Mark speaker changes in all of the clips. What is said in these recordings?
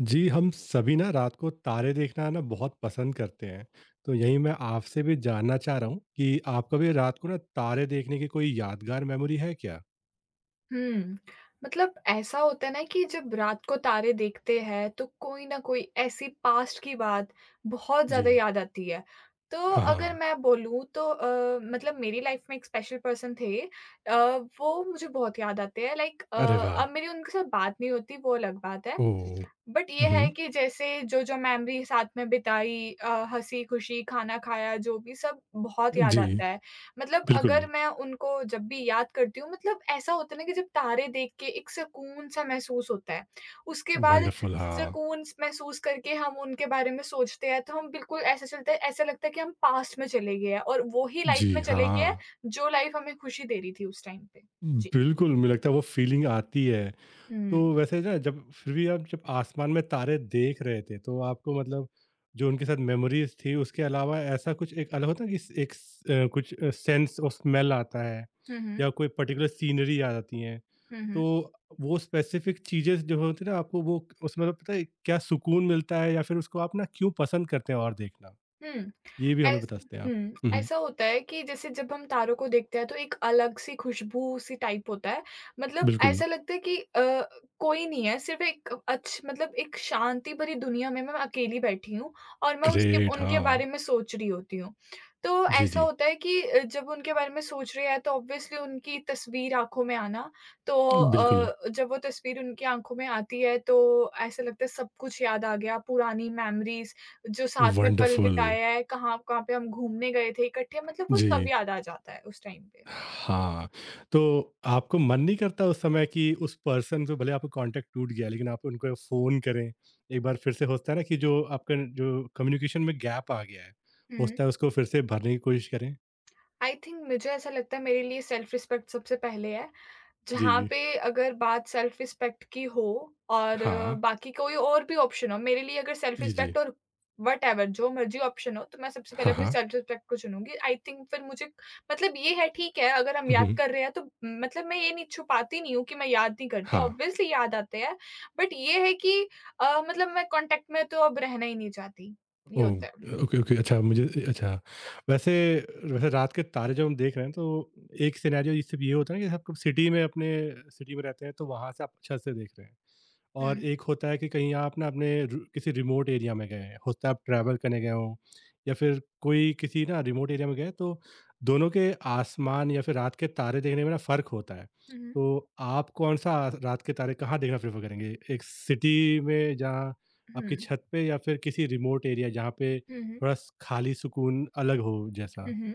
Speaker 1: जी, हम सभी ना रात को तारे देखना ना बहुत पसंद करते हैं। तो यही मैं आपसे भी जानना चाह रहा हूँ कि आपका भी रात को ना तारे देखने की कोई यादगार मेमोरी है क्या?
Speaker 2: हुँ। मतलब ऐसा होता है ना कि जब रात को तारे देखते हैं, तो कोई न कोई ऐसी पास्ट की बात बहुत ज़्यादा
Speaker 1: जी।
Speaker 2: याद आती है। तो
Speaker 1: हाँ,
Speaker 2: अगर
Speaker 1: हाँ।
Speaker 2: मैं बोलूँ तो मतलब मेरी लाइफ़ में एक स्पेशल पर्सन थे अ, वो मुझे बहुत याद आते हैं लाइक
Speaker 1: अरे वाह!
Speaker 2: अब मेरी उनके साथ बात नहीं होती, वो अलग बात है।
Speaker 1: ओह!
Speaker 2: बट ये
Speaker 1: हुँ,
Speaker 2: है कि जैसे जो-जो मेमोरी साथ में बिताई हँसी-खुशी, खाना खाया, जो भी सब बहुत याद
Speaker 1: जी,
Speaker 2: आता है। मतलब
Speaker 1: बिल्कुल।
Speaker 2: अगर मैं उनको जब भी याद करती हूँ मतलब ऐसा होता है ना कि जब तारे देख के एक सुकून-सा महसूस होता है। उसके बाद
Speaker 1: वंडरफुल हाँ।
Speaker 2: सुकून स महसूस करके हम उनके बारे में सोचते हैं, तो हम बिल्कुल ऐसा चलता है ऐसा लगता है कि हम पास्ट में चले गए हैं और वो ही लाइफ़
Speaker 1: जी,
Speaker 2: में चले गए हैं,
Speaker 1: हाँ।
Speaker 2: जो लाइफ़ हमें खुशी दे रही थी उस टाइम पे। जी।
Speaker 1: बिल्कुल, मुझे लगता है वो फ़ीलिंग आती है।
Speaker 2: हुँ।
Speaker 1: तो वैसे ना जब फिर भी आप जब आसमान में तारे देख रहे थे तो आपको मतलब जो उनके साथ मेमोरीज थी उसके अलावा ऐसा कुछ एक अलग होता है कि कुछ सेंस और स्मेल आता है
Speaker 2: हुँ, हुँ।
Speaker 1: या कोई पर्टिकुलर सीनरी याद आती है
Speaker 2: हुँ,
Speaker 1: तो
Speaker 2: हुँ।
Speaker 1: वो स्पेसिफिक चीजें जो होती है ना आपको वो उसमें मतलब पता है क्या सुकून मिलता है या फिर उसको आप ना क्यों पसंद करते हैं और देखना
Speaker 2: हुँ।
Speaker 1: ये भी हमें
Speaker 2: ऐस
Speaker 1: बताते हैं आप। हम्म।
Speaker 2: ऐसा होता है कि जैसे जब हम तारों को देखते हैं तो एक अलग-सी खुशबू-सी टाइप होता है। मतलब
Speaker 1: बिल्कुल।
Speaker 2: ऐसा लगता है कि कोई नहीं है, सिर्फ़ एक अच्छ मतलब एक शांति भरी दुनिया में मैं अकेली बैठी हूँ और मैं उसके
Speaker 1: ग्रेट
Speaker 2: उनके
Speaker 1: हाँ।
Speaker 2: बारे में सोच रही होती हूँ। तो
Speaker 1: जी
Speaker 2: ऐसा
Speaker 1: जी।
Speaker 2: होता है कि जब उनके बारे में सोच रहे हैं तो ऑब्वियसली उनकी तस्वीर आँखों में आना, तो
Speaker 1: बिल्कुल।
Speaker 2: जब वो तस्वीर उनकी आँखों में आती है तो ऐसा लगता है सब कुछ याद आ गया, पुरानी मेमोरीज़ जो साथ में पल
Speaker 1: वंडरफुल।
Speaker 2: बिताया है, कहाँ-कहाँ पे हम घूमने गए थे इकट्ठे, मतलब वो
Speaker 1: जी।
Speaker 2: सब याद आ जाता है उस टाइम पे।
Speaker 1: हाँ, तो आपको मन नहीं करता उस समय कि उस पर्सन से भले आपका कांटेक्ट टूट गया, लेकिन आप उनको फ़ोन करें? एक बार फिर से होता है ना कि जो आपका जो कम्युनिकेशन में गैप आ गया है,
Speaker 2: हुँ।
Speaker 1: होता है उसको फिर से भरने की कोशिश करें?
Speaker 2: आई थिंक मुझे ऐसा लगता है मेरे लिए सेल्फ रिस्पेक्ट सबसे पहले है। जहाँ
Speaker 1: जी,
Speaker 2: पे अगर बात सेल्फ रिस्पेक्ट की हो और
Speaker 1: हाँ।
Speaker 2: बाकी कोई और भी ऑप्शन हो, मेरे लिए अगर सेल्फ
Speaker 1: जी, जी।
Speaker 2: रिस्पेक्ट और व्हॉटएवर जो मर्ज़ी ऑप्शन हो, तो मैं सबसे पहले
Speaker 1: हाँ,
Speaker 2: अपने
Speaker 1: हाँ।
Speaker 2: सेल्फ रिस्पेक्ट को चुनूँगी। आई थिंक फिर मुझे मतलब ये है ठीक है, अगर हम
Speaker 1: हुँ,
Speaker 2: याद
Speaker 1: हुँ।
Speaker 2: कर रहे हैं तो मतलब मैं ये नहीं छुपाती नहीं हूँ कि मैं याद नहीं करती,
Speaker 1: हाँ।
Speaker 2: ऑब्वियसली याद आते हैं। बट ये है कि मतलब मैं कॉन्टैक्ट में तो अब रहना ही नहीं चाहती, ये
Speaker 1: ओह!
Speaker 2: होता है।
Speaker 1: Okay, okay. अच्छा मुझे अच्छा, वैसे वैसे रात के तारे जब हम देख रहे हैं तो एक सिनेरियो ये सिर्फ़ ये होता है ना कि आप सिटी में अपने सिटी में रहते हैं, तो वहाँ से आप छत से देख रहे हैं। और
Speaker 2: हुँ।
Speaker 1: एक होता है कि कहीं आप ना अपने रू किसी रिमोट एरिया में गए हैं, होता है आप ट्रैवल करने गए हों या फिर कोई किसी ना रिमोट एरिया में गए तो दोनों के आसमान या फिर रात के तारे देखने में ना फ़र्क होता है।
Speaker 2: हुँ, हुँ।
Speaker 1: तो आप कौन-सा रात के तारे कहाँ देखना प्रेफ़र करेंगे? एक सिटी में जहाँ आपकी
Speaker 2: हुँ,
Speaker 1: छत पे या फिर किसी रिमोट एरिया जहाँ पे
Speaker 2: हुँ, हुँ।
Speaker 1: थोड़ा स खाली सुकून अलग हो जैसा?
Speaker 2: हुँ, हुँ।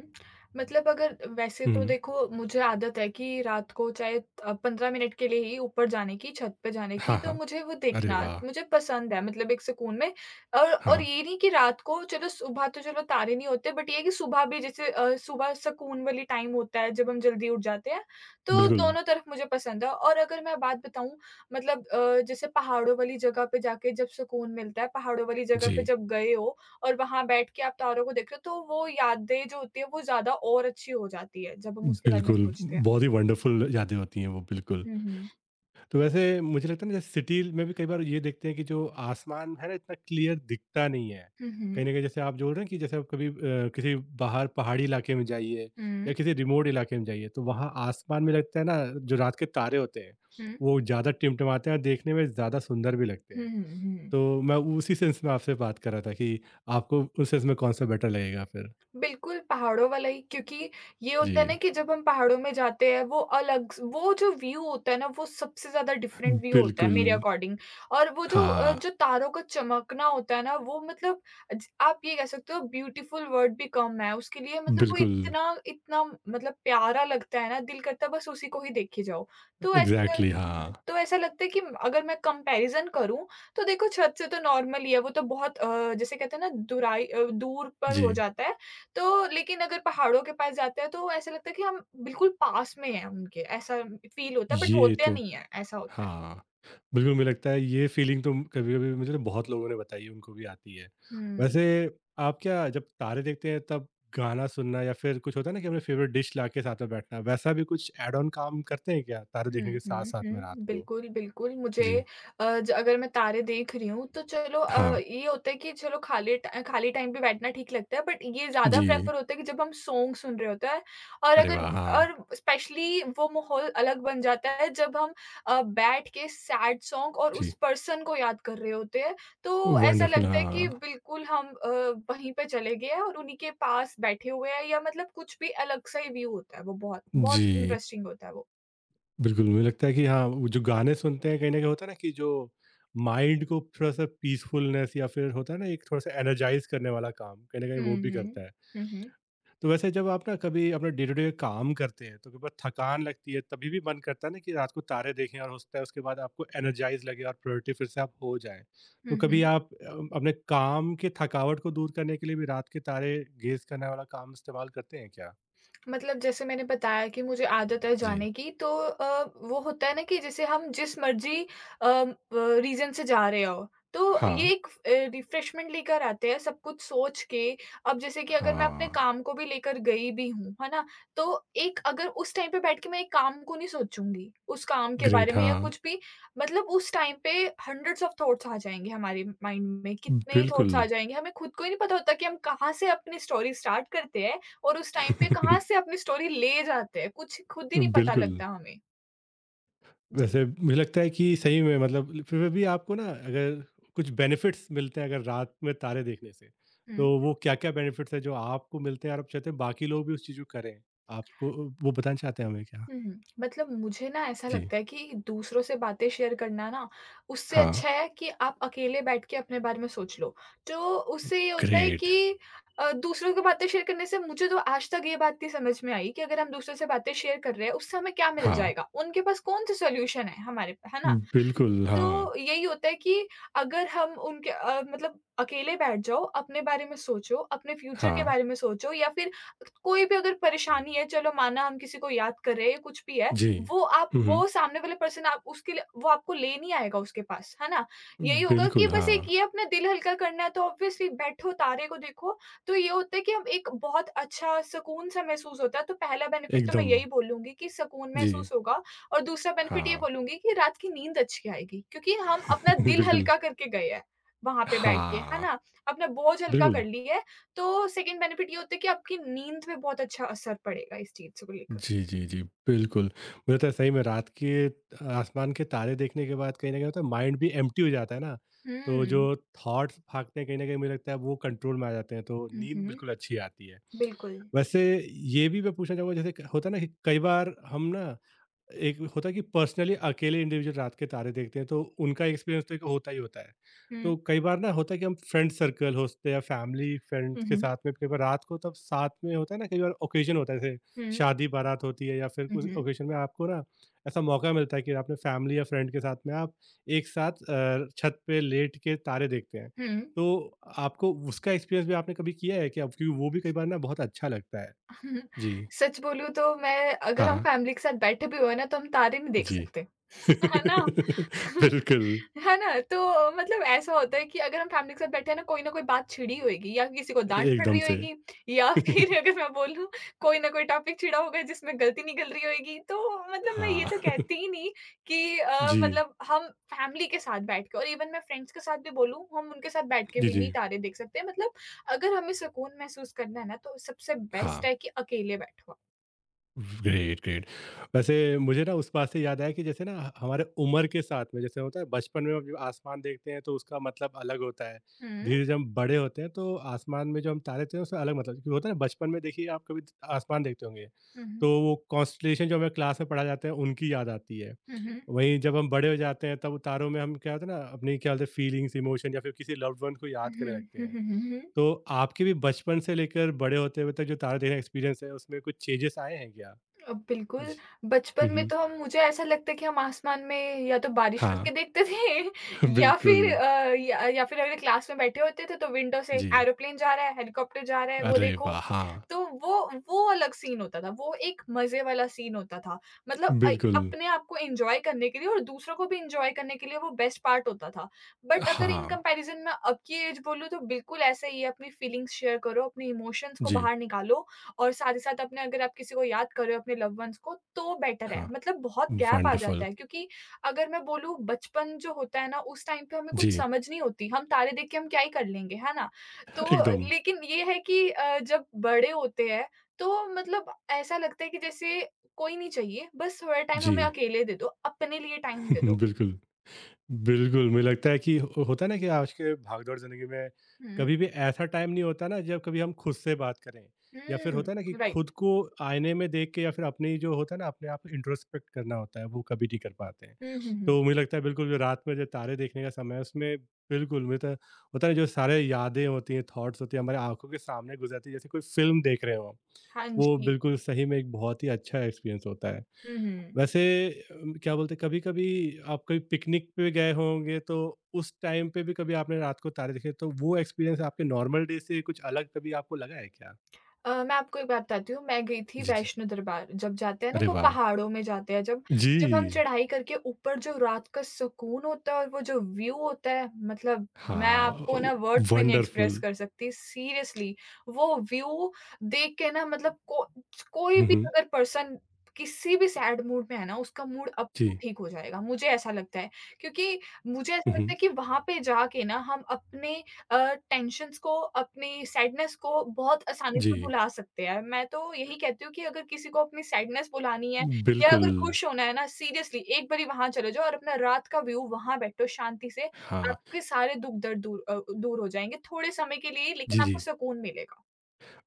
Speaker 2: मतलब अगर वैसे तो
Speaker 1: हुँ।
Speaker 2: देखो मुझे आदत है कि रात को चाहे 15 मिनट के लिए ही ऊपर जाने की, छत पे जाने की,
Speaker 1: हाँ,
Speaker 2: तो
Speaker 1: हाँ।
Speaker 2: मुझे वो
Speaker 1: अरे
Speaker 2: देखना
Speaker 1: वाह!
Speaker 2: मुझे पसंद है मतलब एक सुकून में। और
Speaker 1: हाँ,
Speaker 2: और
Speaker 1: हाँ।
Speaker 2: ये नहीं कि रात को चलो सुबह तो चलो तारे नहीं होते बट ये है कि सुबह भी जैसे सुबह सुकून वाली टाइम होता है जब हम जल्दी उठ जाते हैं, तो
Speaker 1: बिल्कुल।
Speaker 2: दोनों तरफ मुझे पसंद है। और अगर मैं बात बताऊँ मतलब जैसे पहाड़ों वाली जगह पे जाके जब सुकून मिलता है, पहाड़ों वाली जगह पे
Speaker 1: जी।
Speaker 2: जब गए हो और वहाँ बैठ के आप तारों को देख रहे हो, तो वो यादें जो होती है वो ज़्यादा और अच्छी हो जाती है, जब हम उसके बारे में
Speaker 1: बिल्कुल,
Speaker 2: सोचते हैं।
Speaker 1: बहुत ही वंडरफुल यादें होती हैं वो, बिल्कुल।
Speaker 2: हुँ, हुँ।
Speaker 1: तो वैसे मुझे लगता है ना जैसे सिटी में भी कई बार ये देखते हैं कि जो आसमान है ना इतना क्लियर दिखता नहीं है।
Speaker 2: हुँ,
Speaker 1: कहीं
Speaker 2: हुँ।
Speaker 1: न कहीं जैसे आप जो बोल रहे हैं कि जैसे आप कभी किसी बाहर पहाड़ी इलाके में जाइए
Speaker 2: हुँ।
Speaker 1: या किसी रिमोट इलाके में जाइए तो वहाँ आसमान में लगता है ना जो रात के तारे होते हैं
Speaker 2: हुँ,
Speaker 1: वो ज़्यादा टिमटिमाते हैं और देखने में ज़्यादा सुंदर भी लगते
Speaker 2: हुँ,
Speaker 1: हैं।
Speaker 2: हुँ, हुँ।
Speaker 1: तो मैं उसी सेंस में आपसे बात कर रहा था कि आपको उस सेंस में कौन-सा बेटर लगेगा फिर?
Speaker 2: बिल्कुल, पहाड़ों वाला ही क्योंकि ये होता है
Speaker 1: जी।
Speaker 2: ना कि जब हम पहाड़ों में जाते हैं, वो अलग वो जो व्यू होता है ना, वो सबसे ज़्यादा डिफरेंट व्यू होता है
Speaker 1: बिल्कुल।
Speaker 2: मेरे अकॉर्डिंग और वो जो अ,
Speaker 1: हाँ,
Speaker 2: जो तारों का चमकना होता है ना, वो मतलब ज आप ये कह सकते हो ब्यूटीफुल वर्ड भी कम है, उसके लिए मतलब वो
Speaker 1: बिल्कुल।
Speaker 2: इतना इतना मतलब प्यारा लगता है ना, दिल करता है बस उसी को ही देखे जाओ। तो ऐसा
Speaker 1: एग्ज़ैक्टली
Speaker 2: हाँ,
Speaker 1: हाँ।
Speaker 2: तो ऐसा लगता है कि अगर मैं कंपैरिज़न करूँ, तो देखो छत से तो नॉर्मल ही है, वो तो बहुत जैसे कहते हैं ना, दूर पर हो
Speaker 1: जी।
Speaker 2: जाता है। तो लेकिन अगर पहाड़ों के पास जाते हैं तो ऐसा लगता है कि हम बिल्कुल पास में हैं उनके, ऐसा फील होता है बट
Speaker 1: ये
Speaker 2: होते
Speaker 1: तो
Speaker 2: नहीं है, ऐसा होता है।
Speaker 1: हाँ, बिल्कुल मुझे लगता है ये फ़ीलिंग तो कभी-कभी मुझे ना बहुत लोगों ने बताई है, उनको भी आती है।
Speaker 2: हुँ।
Speaker 1: वैसे आप क्या जब तारे देखते हैं तब गाना सुनना या फिर कुछ होता है ना कि अपने फ़ेवरेट डिश लाके साथ में बैठना, वैसा भी कुछ ऐड ऑन काम करते हैं क्या तारे
Speaker 2: हुँ,
Speaker 1: देखने के
Speaker 2: हुँ,
Speaker 1: साथ-साथ में रात
Speaker 2: हुँ।
Speaker 1: को?
Speaker 2: बिल्कुल, बिल्कुल मुझे
Speaker 1: जी,
Speaker 2: अ, ज अगर मैं तारे देख रही हूँ तो चलो
Speaker 1: हाँ,
Speaker 2: ये होता है कि चलो खाली ट खाली टाइम पे बैठना ठीक लगता है बट ये ज़्यादा
Speaker 1: जी।
Speaker 2: प्रेफ़र होता है कि जब हम सॉन्ग सुन रहे होते हैं और
Speaker 1: अरे
Speaker 2: अगर
Speaker 1: वाह! हाँ,
Speaker 2: स्पेशली वो माहौल अलग बन जाता है जब हम बैठ के सैड सॉन्ग और
Speaker 1: जी।
Speaker 2: उस पर्सन को याद कर रहे होते हैं, तो ऐसा
Speaker 1: वंडरफुल
Speaker 2: लगता है कि
Speaker 1: हाँ,
Speaker 2: बिल्कुल हम वहीं पे चले गए हैं और उन्हीं के पास बैठे हुए हैं या मतलब कुछ भी अलग सा ही व्यू होता है वो बहुत, बहुत
Speaker 1: जी।
Speaker 2: इंटरेस्टिंग होता है वो।
Speaker 1: बिल्कुल, मुझे लगता है कि हाँ, वो जो गाने सुनते हैं कहीं न कहीं होता है ना कि जो माइंड को थोड़ा-सा पीसफुलनेस या फिर होता है ना एक थोड़ा-सा एनर्जाइज़ करने वाला काम, कहीं न कहीं
Speaker 2: Hı
Speaker 1: वो भी
Speaker 2: hı.
Speaker 1: करता है।
Speaker 2: Hı hı.
Speaker 1: तो वैसे जब आप ना कभी अपना डे टू डे काम करते हैं तो कई बार थकान लगती है तभी भी मन करता है ना कि रात को तारे देखें और हो सकता है उसके बाद आपको एनर्जाइज़ लगे और प्रोडक्टिव फिर से आप हो जाएँ।
Speaker 2: Hı
Speaker 1: तो कभी
Speaker 2: hı.
Speaker 1: आप अपने काम के थकावट को दूर करने के लिए भी रात के तारे गेज़ करने वाला काम इस्तेमाल करते हैं क्या?
Speaker 2: मतलब जैसे मैंने बताया कि मुझे आदत है
Speaker 1: जी।
Speaker 2: जाने की तो वो होता है ना कि जैसे हम जिस मर्जी रीजन से जा रहे हो तो ये
Speaker 1: हाँ।
Speaker 2: एक रिफ्रेशमेंट लेकर आते हैं सब कुछ सोच के अब जैसे कि अगर मैं अपने
Speaker 1: हाँ।
Speaker 2: काम को भी लेकर गई भी हूँ है ना तो एक अगर उस टाइम पे बैठ के मैं एक काम को नहीं सोचूंगी उस काम के
Speaker 1: ग्रेट
Speaker 2: बारे में या
Speaker 1: हाँ।
Speaker 2: कुछ भी मतलब उस टाइम पे हंड्रेड्स ऑफ थॉट्स आ जाएंगे हमारे माइंड में कितने ही थॉट्स
Speaker 1: बिल्कुल।
Speaker 2: आ जाएंगे हमें खुद को ही नहीं पता होता कि हम कहाँ से अपनी स्टोरी स्टार्ट करते हैं और उस टाइम पे कहाँ से अपनी स्टोरी ले जाते हैं, कुछ खुद ही नहीं पता
Speaker 1: बिल्कुल।
Speaker 2: लगता हमें। जी।
Speaker 1: वैसे मुझे लगता है कि सही में मतलब फिर भी आपको ना अगर कुछ बेनिफिट्स मिलते हैं अगर रात में तारे देखने से, तो
Speaker 2: हुँ,
Speaker 1: वो क्या-क्या बेनिफिट्स हैं जो आपको मिलते हैं और आप चाहते हैं बाकी लोग भी उस चीज़ को करें? आपको वो बताना चाहते हैं हमें क्या?
Speaker 2: हुँ, मतलब मुझे ना ऐसा
Speaker 1: जी।
Speaker 2: लगता है कि दूसरों से बातें शेयर करना ना, उससे
Speaker 1: हाँ,
Speaker 2: अच्छा है कि आप अकेले बैठ के अपने बारे में सोच लो। तो उससे ये होता है
Speaker 1: ग्रेट।
Speaker 2: कि दूसरों की बातें शेयर करने से मुझे तो आज तक ये बात नहीं समझ में आई कि अगर हम दूसरों से बातें शेयर कर रहे हैं, उससे हमें क्या मिल
Speaker 1: हाँ।
Speaker 2: जाएगा? उनके पास कौन-सा सॉल्यूशन है हमारे है ना?
Speaker 1: बिल्कुल, हाँ।
Speaker 2: तो यही होता है कि अगर हम उनके मतलब अकेले बैठ जाओ, अपने बारे में सोचो, अपने फ्यूचर के
Speaker 1: हाँ।
Speaker 2: बारे में सोचो या फिर कोई भी अगर परेशानी है, चलो माना हम किसी को याद कर रहे हैं, कुछ भी है,
Speaker 1: जी।
Speaker 2: वो आप
Speaker 1: हुँ, हुँ।
Speaker 2: वो सामने वाले पर्सन आप उसके लिए वो आपको ले नहीं आएगा उसके पास, है ना? यही होगा कि
Speaker 1: बिल्कुल,
Speaker 2: बस
Speaker 1: हाँ।
Speaker 2: एक ये अपना दिल हल्का करना है तो ऑब्वियसली बैठो, तारे को देखो, तो ये होता है कि हम एक बहुत अच्छा सुकून-सा महसूस होता है, तो पहला बेनिफिट तो मैं
Speaker 1: एकदम।
Speaker 2: यही बोलूँगी कि सुकून
Speaker 1: जी।
Speaker 2: महसूस होगा और दूसरा बेनिफिट ये
Speaker 1: हाँ।
Speaker 2: बोलूँगी कि रात की नींद अच्छी आएगी, क्योंकि हम अपना दिल
Speaker 1: बिल्कुल।
Speaker 2: हल्का करके गए हैं, वहाँ पे बैठ के, है
Speaker 1: हाँ।
Speaker 2: ना? अपना बोझ हल्का
Speaker 1: बिल्कुल।
Speaker 2: कर ली है, तो सेकंड बेनिफिट ये होता है कि आपकी नींद पे बहुत अच्छा असर पड़ेगा इस चीज़ को लेकर।
Speaker 1: जी, जी, जी। बिल्कुल, मुझे लगता है सही में रात के आसमान के तारे देखने के बाद कहीं न कहीं होता है माइंड भी एम्प्टी हो जाता है ना, तो जो
Speaker 2: हुँ।
Speaker 1: थॉट्स भागते हैं कहीं न कहीं मुझे लगता है वो कंट्रोल में आ जाते हैं, तो
Speaker 2: हुँ,
Speaker 1: नींद
Speaker 2: हुँ।
Speaker 1: बिल्कुल अच्छी आती है।
Speaker 2: बिल्कुल।
Speaker 1: वैसे ये भी मैं पूछना चाहूँगा जैसे क होता है ना कि कई बार हम ना एक होता है कि पर्सनली अकेले इंडिविजुअल रात के तारे देखते हैं तो उनका एक्सपीरियंस तो एक होता ही होता है।
Speaker 2: हुँ।
Speaker 1: तो कई बार ना होता है कि हम फ्रेंड सर्कल होते हैं या फैमिली फ्रेंड्स
Speaker 2: हुँ,
Speaker 1: के
Speaker 2: हुँ।
Speaker 1: साथ में कई बार रात को तब साथ में होता है ना कई बार ओकेजन होता है जैसे
Speaker 2: हुँ,
Speaker 1: शादी बारात होती है या फिर उस
Speaker 2: हुँ,
Speaker 1: ओकेजन में आपको ना ऐसा मौका मिलता है कि आपने फैमिली या फ्रेंड के साथ में आप एक साथ छत पे लेट के तारे देखते हैं।
Speaker 2: हुँ, हुँ।
Speaker 1: तो आपको उसका एक्सपीरियंस भी आपने कभी किया है क्या? क्योंकि वो भी कई बार ना बहुत अच्छा लगता है। जी।
Speaker 2: सच बोलूँ तो मैं
Speaker 1: हाँ,
Speaker 2: अगर हम
Speaker 1: हाँ।
Speaker 2: फैमिली के साथ बैठे भी हुए ना, तो हम तारे नहीं देख
Speaker 1: जी।
Speaker 2: सकते, है ना?
Speaker 1: बिल्कुल,
Speaker 2: है ना? तो मतलब ऐसा होता है कि अगर हम फैमिली के साथ बैठे हैं ना, कोई न कोई बात छिड़ी होएगी या किसी को डाँट पड़
Speaker 1: एकदम
Speaker 2: रही
Speaker 1: से।
Speaker 2: होएगी या फिर अगर मैं बोलूँ कोई ना कोई टॉपिक छिड़ा होगा जिसमें गलती निकल रही होएगी। तो मतलब मैं ये
Speaker 1: हाँ,
Speaker 2: तो कहती ही नहीं कि
Speaker 1: जी,
Speaker 2: मतलब हम फैमिली के साथ बैठ के और इवन मैं फ्रेंड्स के साथ भी बोलूँ, हम उनके साथ बैठ के
Speaker 1: जी,
Speaker 2: भी नहीं
Speaker 1: जी,
Speaker 2: तारे देख सकते। मतलब अगर हमें सुकून महसूस करना है ना, तो सबसे बेस्ट
Speaker 1: हाँ।
Speaker 2: है कि अकेले बैठो आप।
Speaker 1: Great, great. वैसे मुझे ना उस बात से याद आया कि जैसे ना हमारे उम्र के साथ में जैसे होता है बचपन में हम जो आसमान देखते हैं तो उसका मतलब अलग होता है।
Speaker 2: हुँ, हुँ,
Speaker 1: धीरे जब हम बड़े होते हैं तो आसमान में जो हम तारे थे उसका अलग मतलब क्योंकि होता है ना बचपन में देखिए आप कभी आसमान देखते होंगे,
Speaker 2: हुँ,
Speaker 1: तो वो कॉन्स्टेलेशन जो हमें क्लास में पढ़ाया जाता है उनकी याद आती है।
Speaker 2: हुँ, हुँ,
Speaker 1: वहीं जब हम बड़े हो जाते हैं तब तारों में हम क्या होता है ना अपनी क्या बोलते हैं फीलिंग्स, इमोशन या फिर किसी लव्ड वन को
Speaker 2: हुँ,
Speaker 1: याद करने
Speaker 2: हुँ,
Speaker 1: लगते
Speaker 2: हुँ,
Speaker 1: हैं।
Speaker 2: हुँ, हुँ, हुँ।
Speaker 1: तो आपके भी बचपन से लेकर बड़े होते हुए तक जो तारे देखने का एक्सपीरियंस है उसमें कुछ चेंजेस आए हैं क्या?
Speaker 2: बिल्कुल,
Speaker 1: जी, हुँ,
Speaker 2: बचपन में
Speaker 1: हुँ।
Speaker 2: तो हम मुझे ऐसा लगता है कि हम आसमान में या तो बारिश
Speaker 1: हाँ,
Speaker 2: करके देखते थे या
Speaker 1: बिल्कुल,
Speaker 2: फिर या फिर अगर क्लास में बैठे होते थे तो विंडो से
Speaker 1: जी।
Speaker 2: एरोप्लेन जा रहा है, हेलीकॉप्टर जा रहा है, वो
Speaker 1: अरे
Speaker 2: देखो।
Speaker 1: वाह! हाँ,
Speaker 2: तो वो वो अलग सीन होता था, वो एक मज़े वाला सीन होता था। मतलब
Speaker 1: बिल्कुल।
Speaker 2: अपने आप को एन्जॉय करने के लिए और दूसरों को भी एन्जॉय करने के लिए वो बेस्ट पार्ट होता था। बट अगर इन
Speaker 1: हाँ,
Speaker 2: कंपैरिज़न में अब की ऐज बोलूँ तो बिल्कुल ऐसा ही है, अपनी फीलिंग्स शेयर करो, अपने इमोशंस को
Speaker 1: जी,
Speaker 2: बाहर निकालो और साथ ही साथ अपने अगर आप किसी को याद कर रहे हो अपने लव्ड वन्स को तो बेटर है।
Speaker 1: हाँ,
Speaker 2: मतलब बहुत गैप आ जाता
Speaker 1: वंडरफुल।
Speaker 2: है क्योंकि अगर मैं बोलूँ बचपन जो होता है ना उस टाइम पे हमें कुछ
Speaker 1: जी,
Speaker 2: समझ नहीं होती। हम तारे देख के हम क्या ही कर लेंगे, है ना? तो
Speaker 1: एकदम,
Speaker 2: लेकिन ये है कि जब बड़े होते हैं तो मतलब ऐसा लगता है कि जैसे कोई नहीं चाहिए, बस थोड़ा टाइम हमें
Speaker 1: जी,
Speaker 2: अकेले दे दो, अपने लिए टाइम दे दो।
Speaker 1: बिल्कुल। बिल्कुल, मुझे लगता है कि हो होता है ना कि आज के भागदौड़ ज़िंदगी में
Speaker 2: हुँ।
Speaker 1: कभी भी ऐसा टाइम नहीं होता ना जब कभी हम खुद से बात करें या फिर
Speaker 2: हुँ,
Speaker 1: होता है ना कि खुद
Speaker 2: राइट।
Speaker 1: को आईने में देख के या फिर अपनी जो होता है ना अपने आप इंट्रोस्पेक्ट करना होता है वो कभी नहीं कर पाते हैं।
Speaker 2: हुँ, हुँ, हुँ।
Speaker 1: तो मुझे लगता है बिल्कुल जो रात में जो तारे देखने का समय है उसमें बिल्कुल मुझे तो होता है ना जो सारे यादें होती हैं, थॉट्स होती हैं हमारे आँखों के सामने गुजरती है जैसे कोई फ़िल्म देख रहे हों,
Speaker 2: हाँ
Speaker 1: वो
Speaker 2: जी।
Speaker 1: बिल्कुल सही में एक बहुत ही अच्छा एक्सपीरियंस होता है।
Speaker 2: हुँ, हुँ।
Speaker 1: वैसे क्या बोलते हैं कभी-कभी आप कभी पिकनिक पे गए होंगे तो उस टाइम पे भी कभी आपने रात को तारे देखे तो वो एक्सपीरियंस आपके नॉर्मल डे से कुछ अलग कभी आपको लगा है क्या?
Speaker 2: मैं आपको एक बात बताती हूँ, मैं गई थी
Speaker 1: जी, जी।
Speaker 2: वैष्णो दरबार, जब जाते हैं ना
Speaker 1: अरे
Speaker 2: वो
Speaker 1: वाह!
Speaker 2: पहाड़ों में जाते हैं जब,
Speaker 1: जी।
Speaker 2: जब हम चढ़ाई करके ऊपर जो रात का सुकून होता है और वो जो व्यू होता है, मतलब मैं
Speaker 1: हाँ,
Speaker 2: आपको
Speaker 1: ओ
Speaker 2: ना वर्ड्स में नहीं एक्सप्रेस
Speaker 1: वंडरफुल।
Speaker 2: कर सकती सीरियसली। वो व्यू देख के ना मतलब को कोई
Speaker 1: हुँ,
Speaker 2: भी
Speaker 1: हुँ।
Speaker 2: अगर पर्सन किसी भी सैड मूड में है ना, उसका मूड अपने आप
Speaker 1: जी।
Speaker 2: ठीक हो जाएगा, मुझे ऐसा लगता है। क्योंकि मुझे ऐसा
Speaker 1: हुँ,
Speaker 2: लगता
Speaker 1: हुँ।
Speaker 2: है कि वहाँ पे जाके ना हम अपने अ, टेंशन्स को, अपनी सैडनेस को बहुत आसानी से
Speaker 1: जी,
Speaker 2: भुला सकते हैं। मैं तो यही कहती हूँ कि अगर किसी को अपनी सैडनेस भुलानी है या
Speaker 1: बिल्कुल।
Speaker 2: अगर खुश होना है ना सीरियसली एक बारी वहाँ चले जाओ और अपना रात का व्यू वहाँ बैठो शांति से,
Speaker 1: हाँ।
Speaker 2: आपके सारे दुःख-दर्द दूर हो जाएँगे थोड़े समय के लिए ही
Speaker 1: जी,
Speaker 2: लेकिन आपको
Speaker 1: जी।
Speaker 2: सुकून मिलेगा।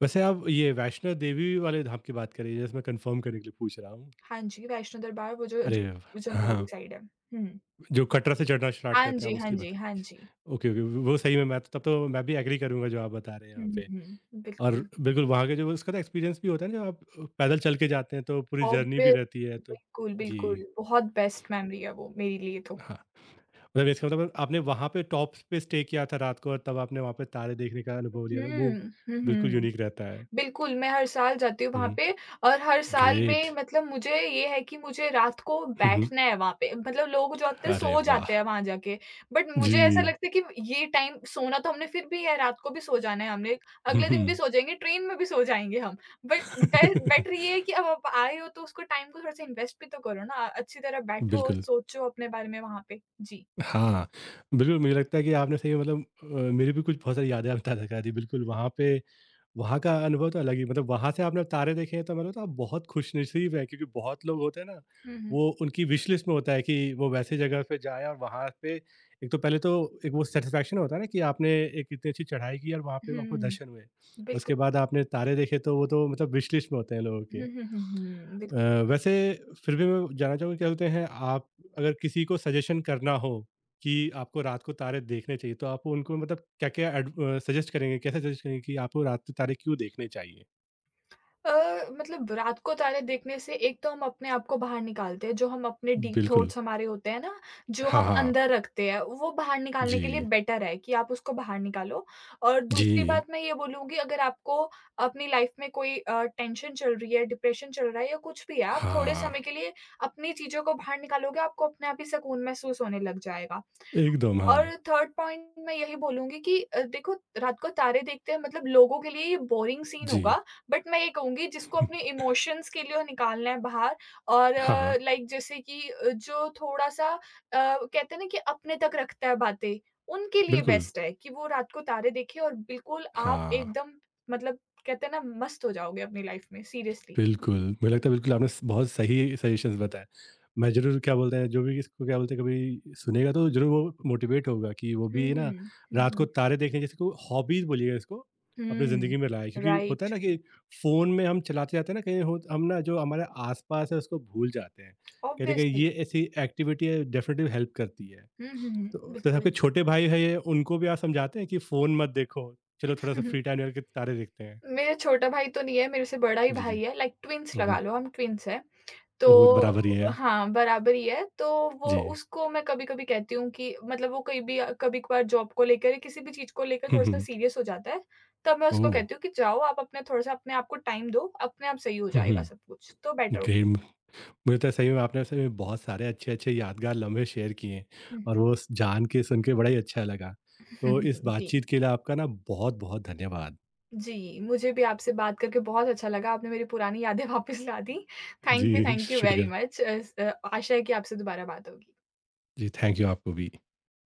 Speaker 1: वैसे आप ये वैष्णो देवी वाले धाम की बात कर रही हैं, जस्ट मैं कन्फर्म करने के लिए पूछ रहा हूँ?
Speaker 2: हाँ जी, वैष्णो दरबार वो जो
Speaker 1: अरे वाह!
Speaker 2: जो
Speaker 1: हाँ,
Speaker 2: जम्मू
Speaker 1: हाँ।
Speaker 2: वाली साइड है। हुँ।
Speaker 1: जो कटरा से चढ़ना स्टार्ट
Speaker 2: हाँ
Speaker 1: करते हैं,
Speaker 2: जी,
Speaker 1: आप
Speaker 2: हाँ
Speaker 1: उसकी
Speaker 2: जी, हाँ
Speaker 1: बता
Speaker 2: जी।
Speaker 1: Okay, okay. व वो सही में मैं तो तब तो मैं भी एग्री करूँगा जो आप बता रहे हैं यहाँ
Speaker 2: हुँ,
Speaker 1: पे।
Speaker 2: हुँ, हुँ।
Speaker 1: और
Speaker 2: बिल्कुल।
Speaker 1: बिल्कुल वहाँ का जो उसका ना एक्सपीरियंस भी होता है ना जब आप पैदल चल के जाते हैं तो पूरी जर्नी भी
Speaker 2: ऑब्वियस
Speaker 1: रहती है तो
Speaker 2: बिल्कुल,
Speaker 1: जी,
Speaker 2: बिल्कुल। बहुत बेस्ट मेमोरी है वो मेरे लिए तो।
Speaker 1: हाँ। मतलब इसका मतलब आपने वहाँ पे टॉप्स पे स्टे किया था रात को और तब आपने वहाँ पे तारे देखने का अनुभव लिया था। वो
Speaker 2: हुँ। हुँ,
Speaker 1: बिल्कुल
Speaker 2: हुँ।
Speaker 1: यूनिक रहता है।
Speaker 2: बिल्कुल, मैं हर साल जाती हूँ वहाँ
Speaker 1: हुँ,
Speaker 2: पे और हर साल
Speaker 1: ग्रेट।
Speaker 2: में मतलब मुझे ये है कि मुझे रात को
Speaker 1: हुँ, हुँ।
Speaker 2: बैठना है वहाँ पे। मतलब लोग जो होते हैं
Speaker 1: अरे
Speaker 2: सो जाते
Speaker 1: वाह!
Speaker 2: हैं वहाँ जाके, बट मुझे ऐसा
Speaker 1: जी।
Speaker 2: लगता है कि ये टाइम सोना तो हमने फिर भी है, रात को भी सो जाना है हमने,
Speaker 1: हुँ,
Speaker 2: अगले दिन भी
Speaker 1: हुँ।
Speaker 2: सो जाएँगे, ट्रेन में भी सो जाएँगे हम। बट बै बेटर ये है कि अब आप आए हो तो उसको टाइम को थोड़ा-सा इन्वेस्ट भी तो करो ना, अच्छी तरह बैठो,
Speaker 1: बिल्कुल।
Speaker 2: सोचो अपने बारे में वहाँ पे। जी।
Speaker 1: हाँ, बिल्कुल मुझे लगता है कि आपने सही में मतलब मेरी भी कुछ बहुत सारी यादें आप ताज़ा करा दी। बिल्कुल वहाँ पे वहाँ का अनुभव तो अलग ही मतलब वहाँ से आपने तारे देखे हैं तो मतलब तो आप बहुत खुशनसीब हैं क्योंकि बहुत लोग होते हैं ना
Speaker 2: हुँ, हुँ।
Speaker 1: वो उनकी विश लिस्ट में होता है कि वो वैसे जगह पे जाएँ और वहाँ पे एक तो पहले तो एक वो सैटिस्फैक्शन होता है ना कि आपने एक इतनी अच्छी चढ़ाई की और वहाँ पे आपको
Speaker 2: हुँ,
Speaker 1: दर्शन हुए।
Speaker 2: बिल्कुल।
Speaker 1: उसके बाद आपने तारे देखे तो वो तो मतलब विश लिस्ट में होते हैं लोगों के।
Speaker 2: हुँ, हुँ, हुँ, हुँ,
Speaker 1: अ,
Speaker 2: बिल्कुल।
Speaker 1: वैसे फिर भी मैं जानना चाहूँगा क्या बोलते हैं आप अगर किसी को सजेशन करना हो कि आपको रात को तारे देखने चाहिए तो आप उनको मतलब क्या-क्या सजेस्ट करेंगे? कैसे सजेस्ट करेंगे कि आपको रात को तारे क्यों देखने चाहिए?
Speaker 2: अ, मतलब रात को तारे देखने से एक तो हम अपने आप को बाहर निकालते हैं, जो हम अपने डीप
Speaker 1: बिल्कुल।
Speaker 2: थॉट्स हमारे होते हैं ना, जो
Speaker 1: हाँ,
Speaker 2: हम
Speaker 1: हाँ।
Speaker 2: अंदर रखते हैं, वो बाहर निकालने के लिए
Speaker 1: जी,
Speaker 2: बेटर है कि आप उसको बाहर निकालो। और दूसरी
Speaker 1: जी।
Speaker 2: बात मैं ये बोलूँगी अगर आपको अपनी लाइफ में कोई टेंशन चल रही है, डिप्रेशन चल रहा है या कुछ भी है, आप थोड़े
Speaker 1: हाँ,
Speaker 2: समय के लिए अपनी चीज़ों को बाहर निकालोगे, आपको अपने आप ही सुकून महसूस होने लग जाएगा।
Speaker 1: एकदम
Speaker 2: और
Speaker 1: हाँ।
Speaker 2: थर्ड पॉइंट मैं यही बोलूँगी कि देखो रात को तारे देखते हैं मतलब लोगों के लिए ये बोरिंग सीन
Speaker 1: जी।
Speaker 2: होगा, बट मैं ये कहूँगी जिसको अपने इमोशंस के लिए निकालना है बाहर और
Speaker 1: हाँ, हाँ।
Speaker 2: लाइक जैसे कि जो थोड़ा-सा कहते हैं ना कि अपने तक रखता है बातें, उनके लिए
Speaker 1: बिल्कुल।
Speaker 2: बेस्ट है कि वो रात को तारे देखें और बिल्कुल आप
Speaker 1: हाँ।
Speaker 2: एकदम मतलब कहते हैं ना मस्त हो जाओगे अपनी लाइफ में सीरियसली।
Speaker 1: बिल्कुल, मुझे लगता है बिल्कुल आपने स बहुत सही सजेशंस बताए। मैं ज़रूर क्या बोलते हैं, जो भी इसको क्या बोलते हैं कभी सुनेगा तो ज़रूर वो मोटिवेट होगा कि वो
Speaker 2: हुँ,
Speaker 1: भी ना
Speaker 2: हुँ। हुँ,
Speaker 1: रात को
Speaker 2: हुँ।
Speaker 1: तारे देखने जैसे को हॉबीज़ बोलिएगा इसको, अपनी
Speaker 2: हुँ,
Speaker 1: ज़िंदगी में लाए। क्योंकि होता है
Speaker 2: राइट
Speaker 1: ना कि फ़ोन में हम चलाते जाते हैं ना कहीं हो हम ना जो हमारे आस-पास है उसको भूल जाते हैं। कहीं न कहीं
Speaker 2: ऑब्वियसली।
Speaker 1: ये ऐसी एक्टिविटी है डेफिनिटली हेल्प करती है।
Speaker 2: हुँ, हुँ, हुँ,
Speaker 1: तो जैसे आपके
Speaker 2: बिल्कुल।
Speaker 1: छोटे भाई हैं ये उनको भी आप समझाते हैं कि फ़ोन मत देखो, चलो थोड़ा-सा फ्री टाइम निकाल के तारे देखते हैं?
Speaker 2: मेरा छोटा भाई तो नहीं है, मेरे से बड़ा ही
Speaker 1: जी, जी।
Speaker 2: भाई है, लाइक ट्विन्स
Speaker 1: ओह!
Speaker 2: लगा लो, हम ट्विन्स हैं। तो
Speaker 1: ओह! बराबर ही है।
Speaker 2: हाँ, बराबर ही है, तो वो
Speaker 1: जी।
Speaker 2: उसको मैं कभी-कभी कहती हूँ कि मतलब वो कहीं भी कभी-कभार जॉब को लेकर या किसी भी चीज़ को लेकर
Speaker 1: हुँ,
Speaker 2: थोड़ा-सा
Speaker 1: हुँ।
Speaker 2: सीरियस हो जाता है, तब मैं उसको
Speaker 1: ओह!
Speaker 2: कहती हूँ कि जाओ आप अपने थोड़ा-सा अपने आप को टाइम दो, अपने आप सही हो
Speaker 1: हुँ,
Speaker 2: जाएगा
Speaker 1: हुँ।
Speaker 2: सब कुछ, तो बेटर हो
Speaker 1: ग्रेट मुझे तो सही में आपने सही में बहुत सारे अच्छे-अच्छे यादगार लम्हे शेयर किए हैं
Speaker 2: हुँ,
Speaker 1: और
Speaker 2: हुँ।
Speaker 1: वो स जान के, सुन के बड़ा ही अच्छा लगा। तो इस
Speaker 2: जी।
Speaker 1: बातचीत के लिए आपका ना बहुत-बहुत धन्यवाद।
Speaker 2: जी, मुझे भी आपसे बात करके बहुत अच्छा लगा, आपने मेरी पुरानी यादें वापस ला दी।
Speaker 1: जी,
Speaker 2: थैंक यू वेरी
Speaker 1: शुक्रिया।
Speaker 2: मच। आशा है कि आपसे दोबारा बात होगी।
Speaker 1: जी, थैंक यू आपको भी।